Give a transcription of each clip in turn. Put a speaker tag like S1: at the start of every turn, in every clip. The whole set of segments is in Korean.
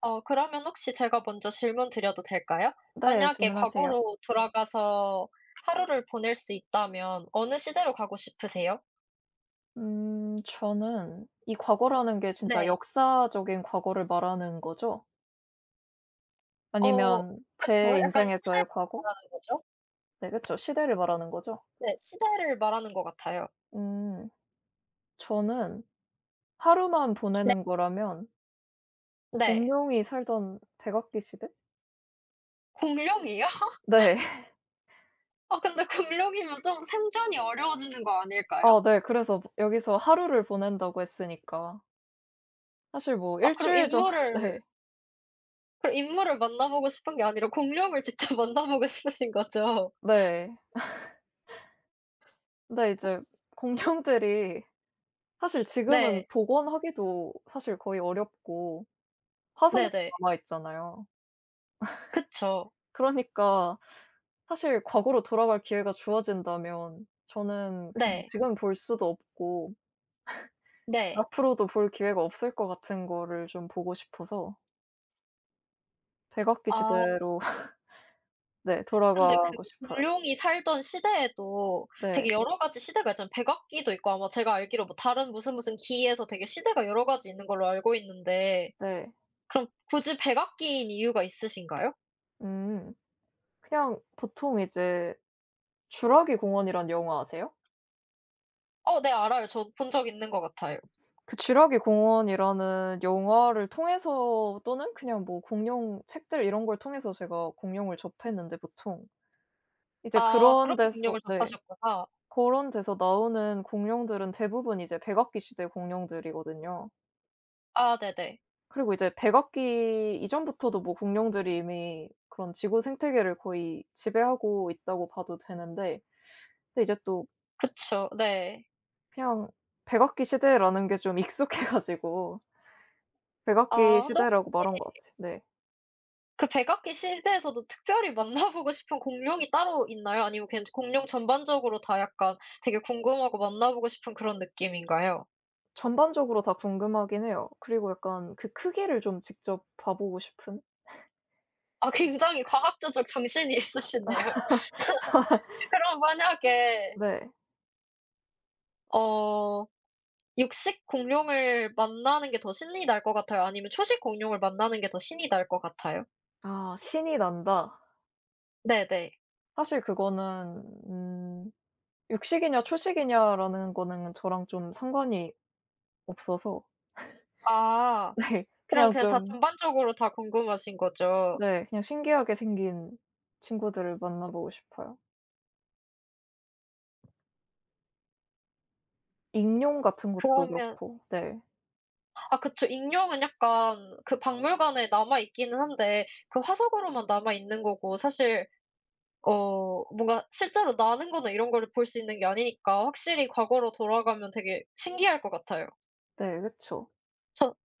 S1: 그러면 혹시 제가 먼저 질문 드려도 될까요?
S2: 네.
S1: 만약에
S2: 질문하세요.
S1: 과거로 돌아가서 하루를 보낼 수 있다면 어느 시대로 가고 싶으세요?
S2: 저는 이 과거라는 게 진짜
S1: 네.
S2: 역사적인 과거를 말하는 거죠?
S1: 어
S2: 아니면
S1: 그쵸.
S2: 제
S1: 약간 시대를
S2: 인생에서의 과거?
S1: 말하는 거죠.
S2: 네, 그쵸. 시대를 말하는 거죠?
S1: 네. 시대를 말하는 것 같아요.
S2: 음 저는 하루만
S1: 네.
S2: 보내는 거라면
S1: 네.
S2: 공룡이 살던 백악기 시대?
S1: 공룡이요?
S2: 네.
S1: 아 근데 공룡이면 좀 생존이 어려워지는 거 아닐까요?
S2: 네. 그래서 여기서 하루를 보낸다고 했으니까 사실 뭐
S1: 아
S2: 일
S1: 그럼
S2: 주일 정
S1: 인물을
S2: 네.
S1: 그럼 인물을 만나보고 싶은 게 아니라 공룡을 직접 만나보고 싶으신 거죠?
S2: 네. 근데 이제 공룡들이 사실 지금은
S1: 네.
S2: 복원하기도 사실 거의 어렵고 화석가
S1: 네네.
S2: 남아 있잖아요.
S1: 그쵸.
S2: 그러니까 사실 과거로 돌아갈 기회가 주어진다면 저는 그냥
S1: 네.
S2: 지금 볼 수도 없고
S1: 네.
S2: 앞으로도 볼 기회가 없을 것 같은 거를 좀 보고 싶어서 백악기
S1: 아.
S2: 시대로 네,
S1: 근데
S2: 돌아가고
S1: 그
S2: 싶어요.
S1: 공룡이 살던 시대에도 되게
S2: 네.
S1: 여러 가지 시대가 있잖아요. 백악기도 있고 아마 제가 알기로 뭐 다른 무슨 무슨 기에서 되게 시대가 여러 가지 있는 걸로 알고 있는데
S2: 네.
S1: 그럼 굳이 백악기인 이유가 있으신가요?
S2: 음. 그냥 보통 이제 주라기 공원이란 영화 아세요?
S1: 어 네 알아요. 저 본 적 있는 것 같아요.
S2: 그 주라기 공원이라는 영화를 통해서 또는 그냥 뭐 공룡 책들 이런 걸 통해서 제가 공룡을 접했는데 보통 이제
S1: 아
S2: 그런
S1: 그렇게
S2: 데서
S1: 능력을
S2: 네.
S1: 접하셨구나.
S2: 고런 데서 나오는 공룡들은 대부분 이제 백악기 시대 공룡들이거든요.
S1: 아 네네.
S2: 그리고 이제 백악기 이전부터도 뭐 공룡들이 이미 그런 지구 생태계를 거의 지배하고 있다고 봐도 되는데, 근데 이제 또
S1: 그쵸. 네.
S2: 그냥 백악기 시대라는 게 좀 익숙해 가지고 백악기
S1: 아 근데
S2: 시대라고 말한
S1: 혹시
S2: 것 같아요. 네.
S1: 그 백악기 시대에서도 특별히 만나보고 싶은 공룡이 따로 있나요? 아니면 그냥 공룡 전반적으로 다 약간 되게 궁금하고 만나보고 싶은 그런 느낌인가요?
S2: 전반적으로 다 궁금하긴 해요. 그리고 약간 그 크기를 좀 직접 봐 보고 싶은?
S1: 아 굉장히 과학자적 정신이 있으시네요. 그럼 만약에
S2: 네.
S1: 어 육식 공룡을 만나는 게 더 신이 날 것 같아요? 아니면 초식 공룡을 만나는 게 더 신이 날 것 같아요?
S2: 아, '신이 난다.'
S1: 네네.
S2: 사실 그거는 음 육식이냐 초식이냐라는 거는 저랑 좀 상관이 없어서
S1: 아
S2: 네.
S1: 그냥
S2: 그냥
S1: 그냥 다
S2: 좀.
S1: 전반적으로 다 궁금하신 거죠.
S2: 네, 그냥 신기하게 생긴 친구들을 만나 보고 싶어요. 익룡 같은 것도
S1: 그러면
S2: 그렇고. 네.
S1: 아 그쵸. 익룡은 약간 그 박물관에 남아 있기는 한데 그 화석으로만 남아 있는 거고 사실 어 뭔가 실제로 나는 거나 이런 거를 볼 수 있는 게 아니니까 확실히 과거로 돌아가면 되게 신기할 것 같아요.
S2: 네, 그쵸.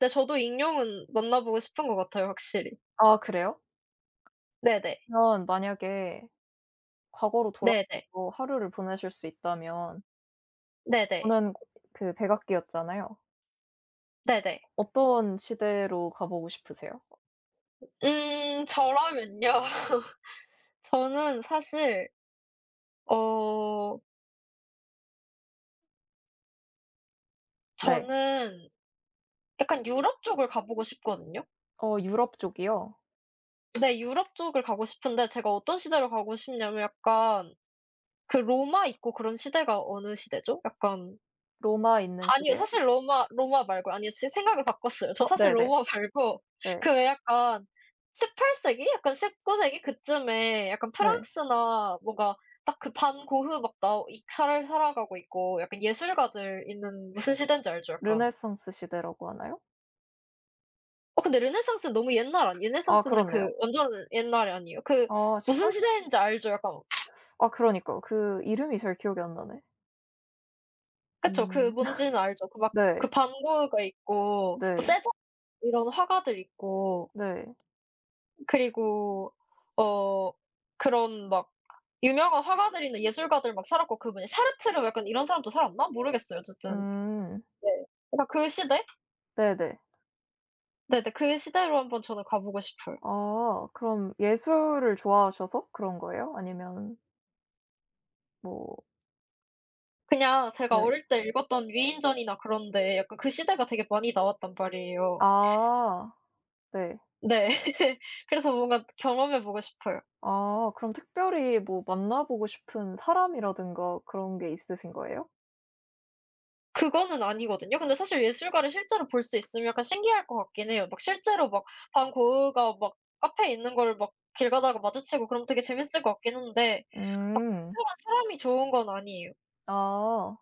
S1: 네 저도 익룡은 만나보고 싶은 것 같아요 확실히.
S2: 아, 그래요?
S1: 네네.
S2: 그러면 만약에 과거로
S1: 네네.
S2: 돌아가서 하루를 보내실 수 있다면
S1: 네네.
S2: 저는 그 백악기였잖아요.
S1: 네네.
S2: 어떤 시대로 가 보고 싶으세요?
S1: 저라면요. 저는 사실 어
S2: 네.
S1: 저는 약간 유럽 쪽을 가보고 싶거든요.
S2: 어, 유럽 쪽이요.
S1: 네 유럽 쪽을 가고 싶은데 제가 어떤 시대로 가고 싶냐면 약간 그 로마 있고 그런 시대가 어느 시대죠? 약간
S2: 로마 있는
S1: 아니요.
S2: 시대요?
S1: 사실 로마 말고 아니요. 제 생각을 바꿨어요. 저
S2: 어,
S1: 사실
S2: 네네. 네.
S1: 로마 말고
S2: 네.
S1: 그 왜 약간 18 세기? 약간 19 세기 그쯤에 약간
S2: 네.
S1: 프랑스나 뭔가 딱 그 반 고흐 막 나 이 잘 살아가고 있고 약간 예술가들 있는 무슨 시대인지 알죠? 약간.
S2: 르네상스 시대라고 하나요?
S1: 어 근데 르네상스는 너무 옛날 아니에요?
S2: 아,
S1: 르네상스는 그
S2: 그렇네요.
S1: 완전 옛날이 아니에요? 그
S2: 아
S1: 무슨
S2: 18
S1: 시대인지
S2: 세
S1: 알죠? 약간
S2: 아 그러니까요. 그 이름이 잘 기억이 안 나네.
S1: 그쵸. 그
S2: 음.
S1: 뭔지는 알죠. 그 막 그
S2: 네.
S1: 반 고흐가 있고 뭐
S2: 네.
S1: 세잔 이런 화가들 있고
S2: 네.
S1: 그리고 어 그런 막 유명한 화가들이나 예술가들 막 살았고 그분이 샤르트르 약간 이런 사람도 살았나? 모르겠어요 어쨌든.
S2: 음.
S1: 네. 그러니까 그 시대?
S2: 네네.
S1: 네네. 그 시대로 한번 저는 가 보고 싶어요.
S2: 아, 그럼 예술을 좋아하셔서 그런 거예요? 아니면 뭐.
S1: 그냥 제가
S2: 네.
S1: 어릴 때 읽었던 위인전이나 그런데 약간 그 시대가 되게 많이 나왔단 말이에요.
S2: 아, 네.
S1: 네. 그래서 뭔가 경험해 보고 싶어요.
S2: 아, 그럼 특별히 뭐 만나 보고 싶은 사람이라든가 그런 게 있으신 거예요?
S1: 그거는 아니거든요. 근데 사실 예술가를 실제로 볼 수 있으면 약간 신기할 것 같긴 해요. 막 실제로 막 반 고흐가 막 카페에 있는 걸 막 길 가다가 마주치고 그러면 되게 재밌을 것 같긴 한데 막
S2: 음.
S1: 특별한 사람이 좋은 건 아니에요.
S2: 아.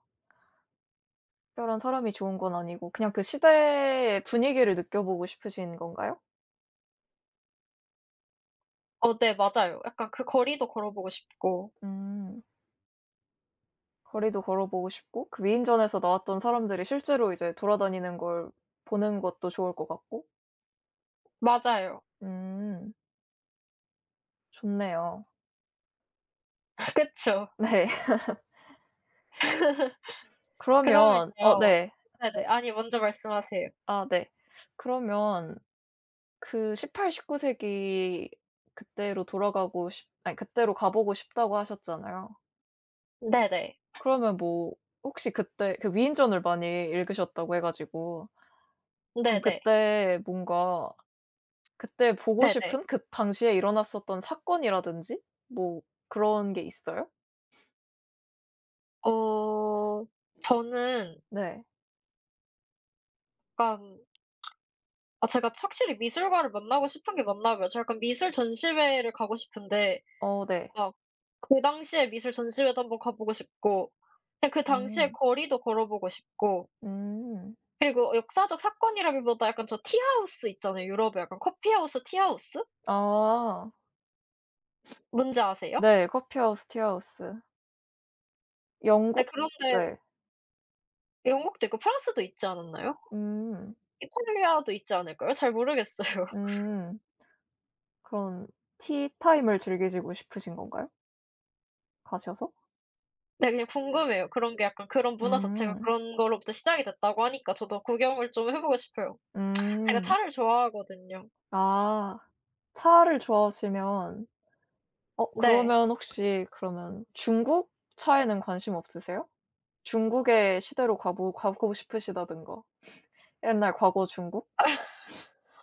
S2: 특별한 사람이 좋은 건 아니고 그냥 그 시대의 분위기를 느껴보고 싶으신 건가요?
S1: 어 네 맞아요. 약간 그 거리도 걸어보고 싶고.
S2: 음. 거리도 걸어보고 싶고 그 위인전에서 나왔던 사람들이 실제로 이제 돌아다니는 걸 보는 것도 좋을 것 같고.
S1: 맞아요.
S2: 음. 좋네요.
S1: 그쵸.
S2: 네. 그러면 어
S1: 그러면요.
S2: 네.
S1: 네네.
S2: 네.
S1: 아니 먼저 말씀하세요.
S2: 아, 네. 그러면 그 18, 19 세기 그때로 돌아가고 싶 아니 그때로 가보고 싶다고 하셨잖아요.
S1: 네네.
S2: 그러면 뭐 혹시 그때 그 위인전을 많이 읽으셨다고 해 가지고 그럼
S1: 네네.
S2: 그때 뭔가 그때 보고
S1: 네네.
S2: 싶은 그 당시에 일어났었던 사건이라든지 뭐 그런 게 있어요?
S1: 어 저는
S2: 네.
S1: 약간 아 제가 확실히 미술가를 만나고 싶은 게 맞나 봐요. 저 약간 미술 전시회를 가고 싶은데
S2: 어, 네.
S1: 막 그 당시에 미술 전시회도 한번 가 보고 싶고 그냥 그 당시의
S2: 음.
S1: 거리도 걸어 보고 싶고
S2: 음.
S1: 그리고 역사적 사건이라기보다 약간 저 티하우스 있잖아요. 유럽에 약간 커피하우스, 티하우스?
S2: 아.
S1: 뭔지 아세요?
S2: 네. 커피 하우스, 티 하우스.
S1: 네
S2: 영국?
S1: 그런 데
S2: 네.
S1: 영국도 있고 프랑스도 있지 않았나요?
S2: 음.
S1: 이탈리아도 있지 않을까요? 잘 모르겠어요.
S2: 음. 그런 티타임을 즐기시고 싶으신 건가요? 가셔서?
S1: 네 그냥 궁금해요. 그런 게 약간 그런 문화 자체가
S2: 음.
S1: 그런 거로부터 시작이 됐다고 하니까 저도 구경을 좀 해 보고 싶어요. 제가
S2: 음.
S1: 차를 좋아하거든요.
S2: 아. 차를 좋아하시면 어,
S1: 네.
S2: 그러면 혹시 그러면 중국 차에는 관심 없으세요? 중국의 시대로 가보 가고 싶으시다든가. 옛날 과거 중국?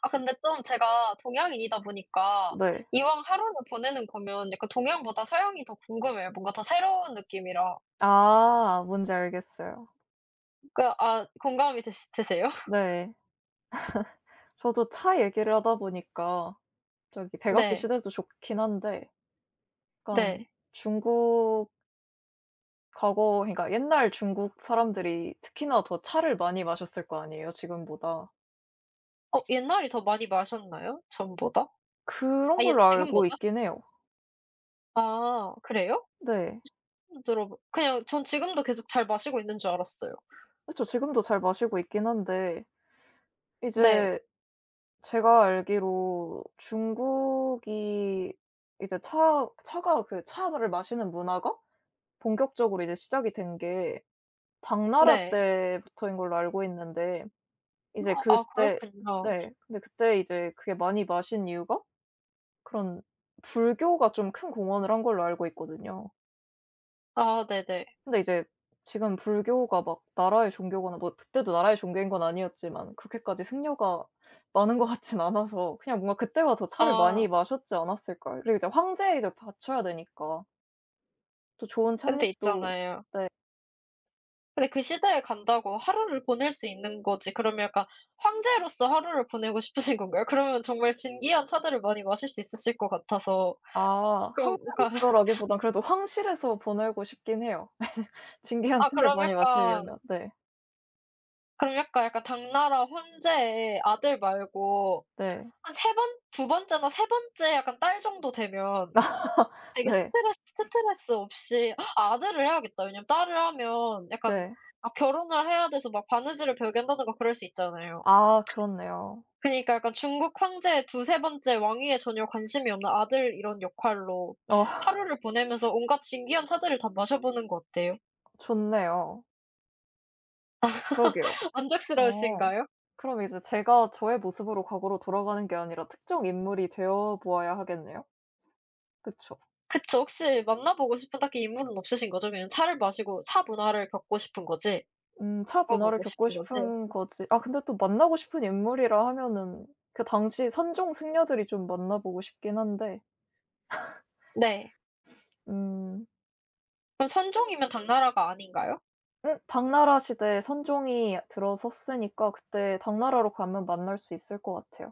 S1: 아 근데 좀 제가 동양인이다 보니까
S2: 네.
S1: 이왕 하루를 보내는 거면 약간 동양보다 서양이 더 궁금해요. 뭔가 더 새로운 느낌이라.
S2: 아, 뭔지 알겠어요.
S1: 그러니까 아 공감이 되시 되세요?
S2: 네. 저도 차 얘기를 하다 보니까 저기 백악기
S1: 네.
S2: 시대도 좋긴 한데 약간
S1: 네.
S2: 중국 과거, 그러니까 옛날 중국 사람들이 특히나 더 차를 많이 마셨을 거 아니에요, 지금보다.
S1: 어 옛날이 더 많이 마셨나요? 전보다?
S2: 그런
S1: 아 옛
S2: 걸로 알고
S1: 지금보다?
S2: 있긴 해요.
S1: 아 그래요?
S2: 네.
S1: 처음 들어보 그냥 전 지금도 계속 잘 마시고 있는 줄 알았어요.
S2: 그쵸. 지금도 잘 마시고 있긴 한데
S1: 네.
S2: 이제 제가 알기로 중국이 이제 차 차가 그 차를 마시는 문화가 본격적으로 이제 시작이 된 게 당나라
S1: 네.
S2: 때부터인 걸로 알고 있는데 이제
S1: 아 아,
S2: 그때
S1: 그렇군요.
S2: 네. 근데 그때 이제 그게 많이 마신 이유가 그런 불교가 좀 큰 공헌을 한 걸로 알고 있거든요.
S1: 아 네네.
S2: 근데 이제 지금 불교가 막 나라의 종교거나 뭐 그때도 나라의 종교인 건 아니었지만 그렇게까지 승려가 많은 것 같진 않아서 그냥 뭔가 그때가 더 차를
S1: 아
S2: 많이 마셨지 않았을까요? 그리고 이제 황제에 이제 바쳐야 되니까 또 좋은
S1: 근데
S2: 찻잎도.
S1: 있잖아요.
S2: 네.
S1: 근데 그 시대에 간다고 하루를 보낼 수 있는 거지 그러면 약간 황제로서 하루를 보내고 싶으신 건가요? 그러면 정말 진귀한 차들을 많이 마실 수 있으실 것 같아서
S2: 아,
S1: 그럼 그러니까
S2: 황제로서라기보단 그래도 황실에서 보내고 싶긴 해요. 진귀한
S1: 아
S2: 차를
S1: 그럼
S2: 많이
S1: 약간
S2: 마시려면. 네.
S1: 그럼 약간, 약간 당나라 황제의 아들 말고
S2: 네.
S1: 한 세 번 두 번째나 세 번째 약간 딸 정도 되면 되게
S2: 네.
S1: 스트레스 없이 아 아들을 해야겠다. 왜냐면 딸을 하면 약간
S2: 네.
S1: 아 결혼을 해야 돼서 막 바느질을 배우게 한다든가 그럴 수 있잖아요.
S2: 아, 그렇네요.
S1: 그니까 약간 중국 황제의 두세 번째 왕위에 전혀 관심이 없는 아들 이런 역할로
S2: 어,
S1: 하루를 보내면서 온갖 신기한 차들을 다 마셔보는 거 어때요?
S2: 좋네요. 그러게요. 어.
S1: 만족스러우신가요?
S2: 그럼 이제 제가 저의 모습으로 과거로 돌아가는 게 아니라 특정 인물이 되어 보아야 하겠네요. 그쵸.
S1: 그쵸. 혹시 만나보고 싶은 딱히 인물은 없으신 거죠? 그냥 차를 마시고 차 문화를 겪고 싶은 거지
S2: 차 문화를
S1: 겪어보고
S2: 겪고
S1: 싶은 거지?
S2: 싶은 거지, 아 근데 또 만나고 싶은 인물이라 하면은 그 당시 선종 승려들이 좀 만나 보고 싶긴 한데
S1: 네.
S2: 음
S1: 그럼 선종이면 당나라가 아닌가요?
S2: 당나라 시대에 선종이 들어섰으니까 그때 당나라로 가면 만날 수 있을 것 같아요.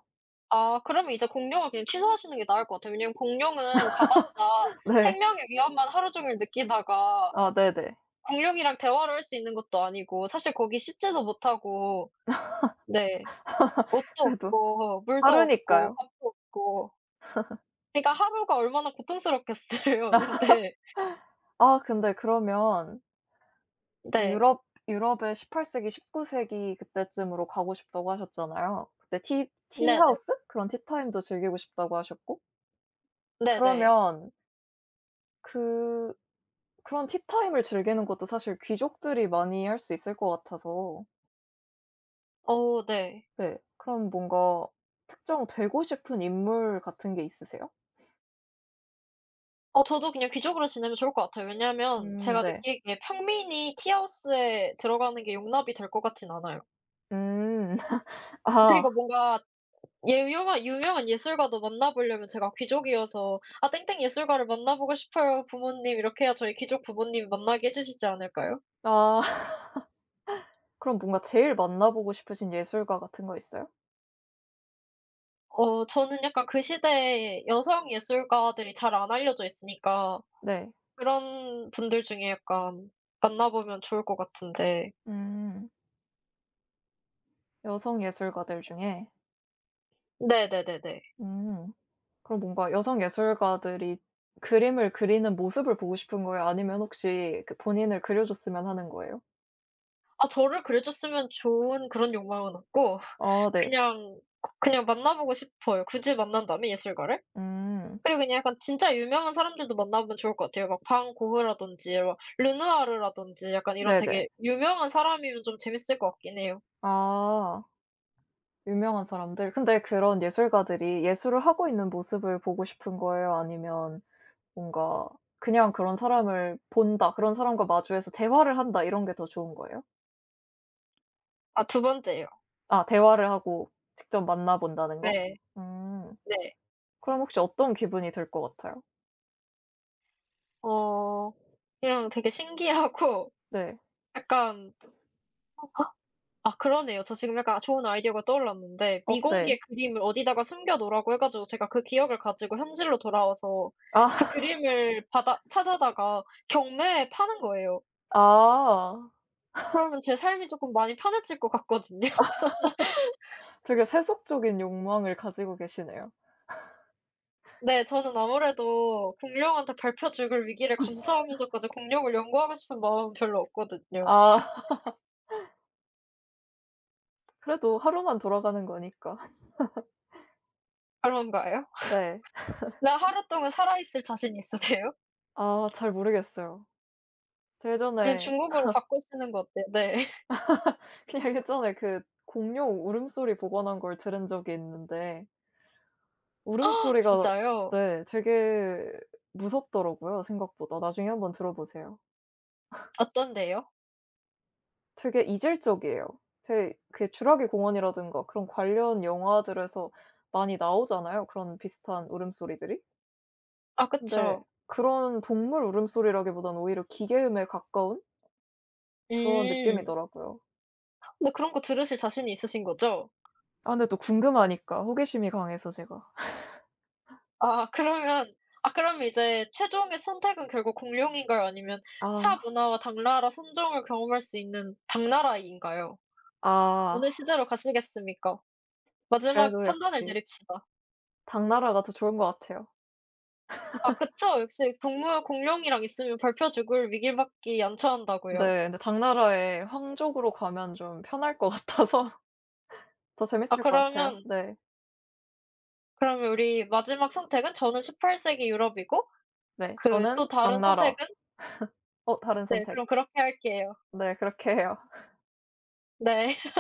S1: 아 그러면 이제 공룡을 그냥 취소하시는 게 나을 것 같아요. 왜냐면 공룡은 가봤자
S2: 네.
S1: 생명의 위험만 하루 종일 느끼다가
S2: 아, 네네.
S1: 공룡이랑 대화를 할 수 있는 것도 아니고 사실 거기 씻지도 못하고 네. 옷도
S2: 그래도
S1: 없고 물도 없고
S2: 하루니까요.
S1: 밥도 없고 그러니까 하루가 얼마나 고통스럽겠어요. 근데
S2: 아, 근데 그러면 이제
S1: 네.
S2: 유럽에 18세기, 19세기 그때쯤으로 가고 싶다고 하셨잖아요. 그때 티
S1: 네네.
S2: 티하우스? 그런 티타임도 즐기고 싶다고 하셨고,
S1: 네네.
S2: 그러면 그 그런 티타임을 즐기는 것도 사실 귀족들이 많이 할 수 있을 것 같아서
S1: 어 네.
S2: 네, 그럼 뭔가 특정 되고 싶은 인물 같은 게 있으세요?
S1: 어 저도 그냥 귀족으로 지내면 좋을 것 같아요. 왜냐하면
S2: 음.
S1: 제가
S2: 네.
S1: 느끼기에 평민이 티하우스에 들어가는 게 용납이 될 것 같진 않아요.
S2: 음. 아.
S1: 그리고 뭔가 예 유명한 예술가도 만나보려면 제가 귀족이어서 "아 땡땡 예술가를 만나보고 싶어요 부모님." 이렇게 해야 저희 귀족 부모님이 만나게 해 주시지 않을까요?
S2: 아, 그럼 뭔가 제일 만나보고 싶으신 예술가 같은 거 있어요?
S1: 어 저는 약간 그 시대에 여성 예술가들이 잘 안 알려져 있으니까
S2: 네.
S1: 그런 분들 중에 약간 만나보면 좋을 것 같은데.
S2: 음. 여성 예술가들 중에.
S1: 네네네네.
S2: 음. 그럼 뭔가 여성 예술가들이 그림을 그리는 모습을 보고 싶은 거예요? 아니면 혹시 그 본인을 그려줬으면 하는 거예요?
S1: 아 저를 그려 줬으면 좋은 그런 욕망은 없고
S2: 아, 네.
S1: 그냥 그냥 만나보고 싶어요. 굳이 만난다면 예술가를?
S2: 음.
S1: 그리고 그냥 약간 진짜 유명한 사람들도 만나보면 좋을 것 같아요. 막 반 고흐라든지 막 르누아르라든지 약간 이런
S2: 네네.
S1: 되게 유명한 사람이면 좀 재밌을 것 같긴 해요.
S2: 아, 유명한 사람들. 근데 그런 예술가들이 예술을 하고 있는 모습을 보고 싶은 거예요? 아니면 뭔가 그냥 그런 사람을 본다, 그런 사람과 마주해서 대화를 한다 이런 게 더 좋은 거예요?
S1: 아 두 번째요.
S2: 아, 대화를 하고 직접 만나 본다는 거?
S1: 네.
S2: 음.
S1: 네.
S2: 그럼 혹시 어떤 기분이 들 것 같아요?
S1: 어 그냥 되게 신기하고
S2: 네.
S1: 약간 아 그러네요. 저 지금 약간 좋은 아이디어가 떠올랐는데
S2: 어, 네.
S1: 미공개 그림을 어디다가 숨겨 놓으라고 해 가지고 제가 그 기억을 가지고 현실로 돌아와서 그
S2: 아.
S1: 그림을 받아 찾아다가 경매에 파는 거예요.
S2: 아.
S1: 그러면 제 삶이 쪼끔 많이 편해질 것 같거든요.
S2: 되게 세속적인 욕망을 가지고 계시네요.
S1: 네. 저는 아무래도 공룡한테 밟혀 죽을 위기를 감수하면서까지 공룡을 연구하고 싶은 마음은 별로 없거든요.
S2: 아 그래도 하루만 돌아가는 거니까.
S1: 그런가요?
S2: 네.
S1: 네. 하루 동안 살아 있을 자신 있으세요?
S2: 아, 잘 모르겠어요. 저
S1: 그냥
S2: 예전에
S1: 중국어로 바꾸시는 거 어때요? 네.
S2: 그냥 예전에 그 공룡 울음소리 복원한 걸 들은 적이 있는데 울음소리가
S1: 진짜요?
S2: 네 되게 무섭더라고요, 생각보다. 나중에 한번 들어 보세요.
S1: 어떤데요?
S2: 되게 이질적이에요. 되게 그 주라기 공원이라든가 그런 관련 영화들에서 많이 나오잖아요, 그런 비슷한 울음소리들이.
S1: 아
S2: 근데
S1: 그쵸.
S2: 그런 동물 울음소리라기보다는 오히려 기계음에 가까운 그런
S1: 음.
S2: 느낌이더라고요.
S1: 근데 그런 거 들으실 자신이 있으신 거죠?
S2: 아, 근데 또 궁금하니까 호기심이 강해서 제가.
S1: 아 그러면 아 그럼 이제 최종의 선택은 결국 공룡인가요? 아니면 차
S2: 아.
S1: 문화와 당나라 선종을 경험할 수 있는 당나라인가요?
S2: 아,
S1: 어느 시대로 가시겠습니까? 마지막
S2: 그래도
S1: 판단을
S2: 역시
S1: 내립시다.
S2: 당나라가 더 좋은 것 같아요.
S1: 아 그쵸. 역시 동물 공룡이랑 있으면 밟혀 죽을 위기밖에 연처한다고요.
S2: 네. 근데 당나라에 황족으로 가면 좀 편할 것 같아서 더
S1: 아
S2: 재밌을 것 같아요.
S1: 그러면
S2: 네.
S1: 그러면 우리 마지막 선택은 저는 18 세기 유럽이고
S2: 네.
S1: 그 또
S2: 저는
S1: 다른 선택은
S2: 당나라. 어, 다른
S1: 네
S2: 선택.
S1: 그럼 그렇게 할게요.
S2: 네. 그렇게 해요.
S1: 네.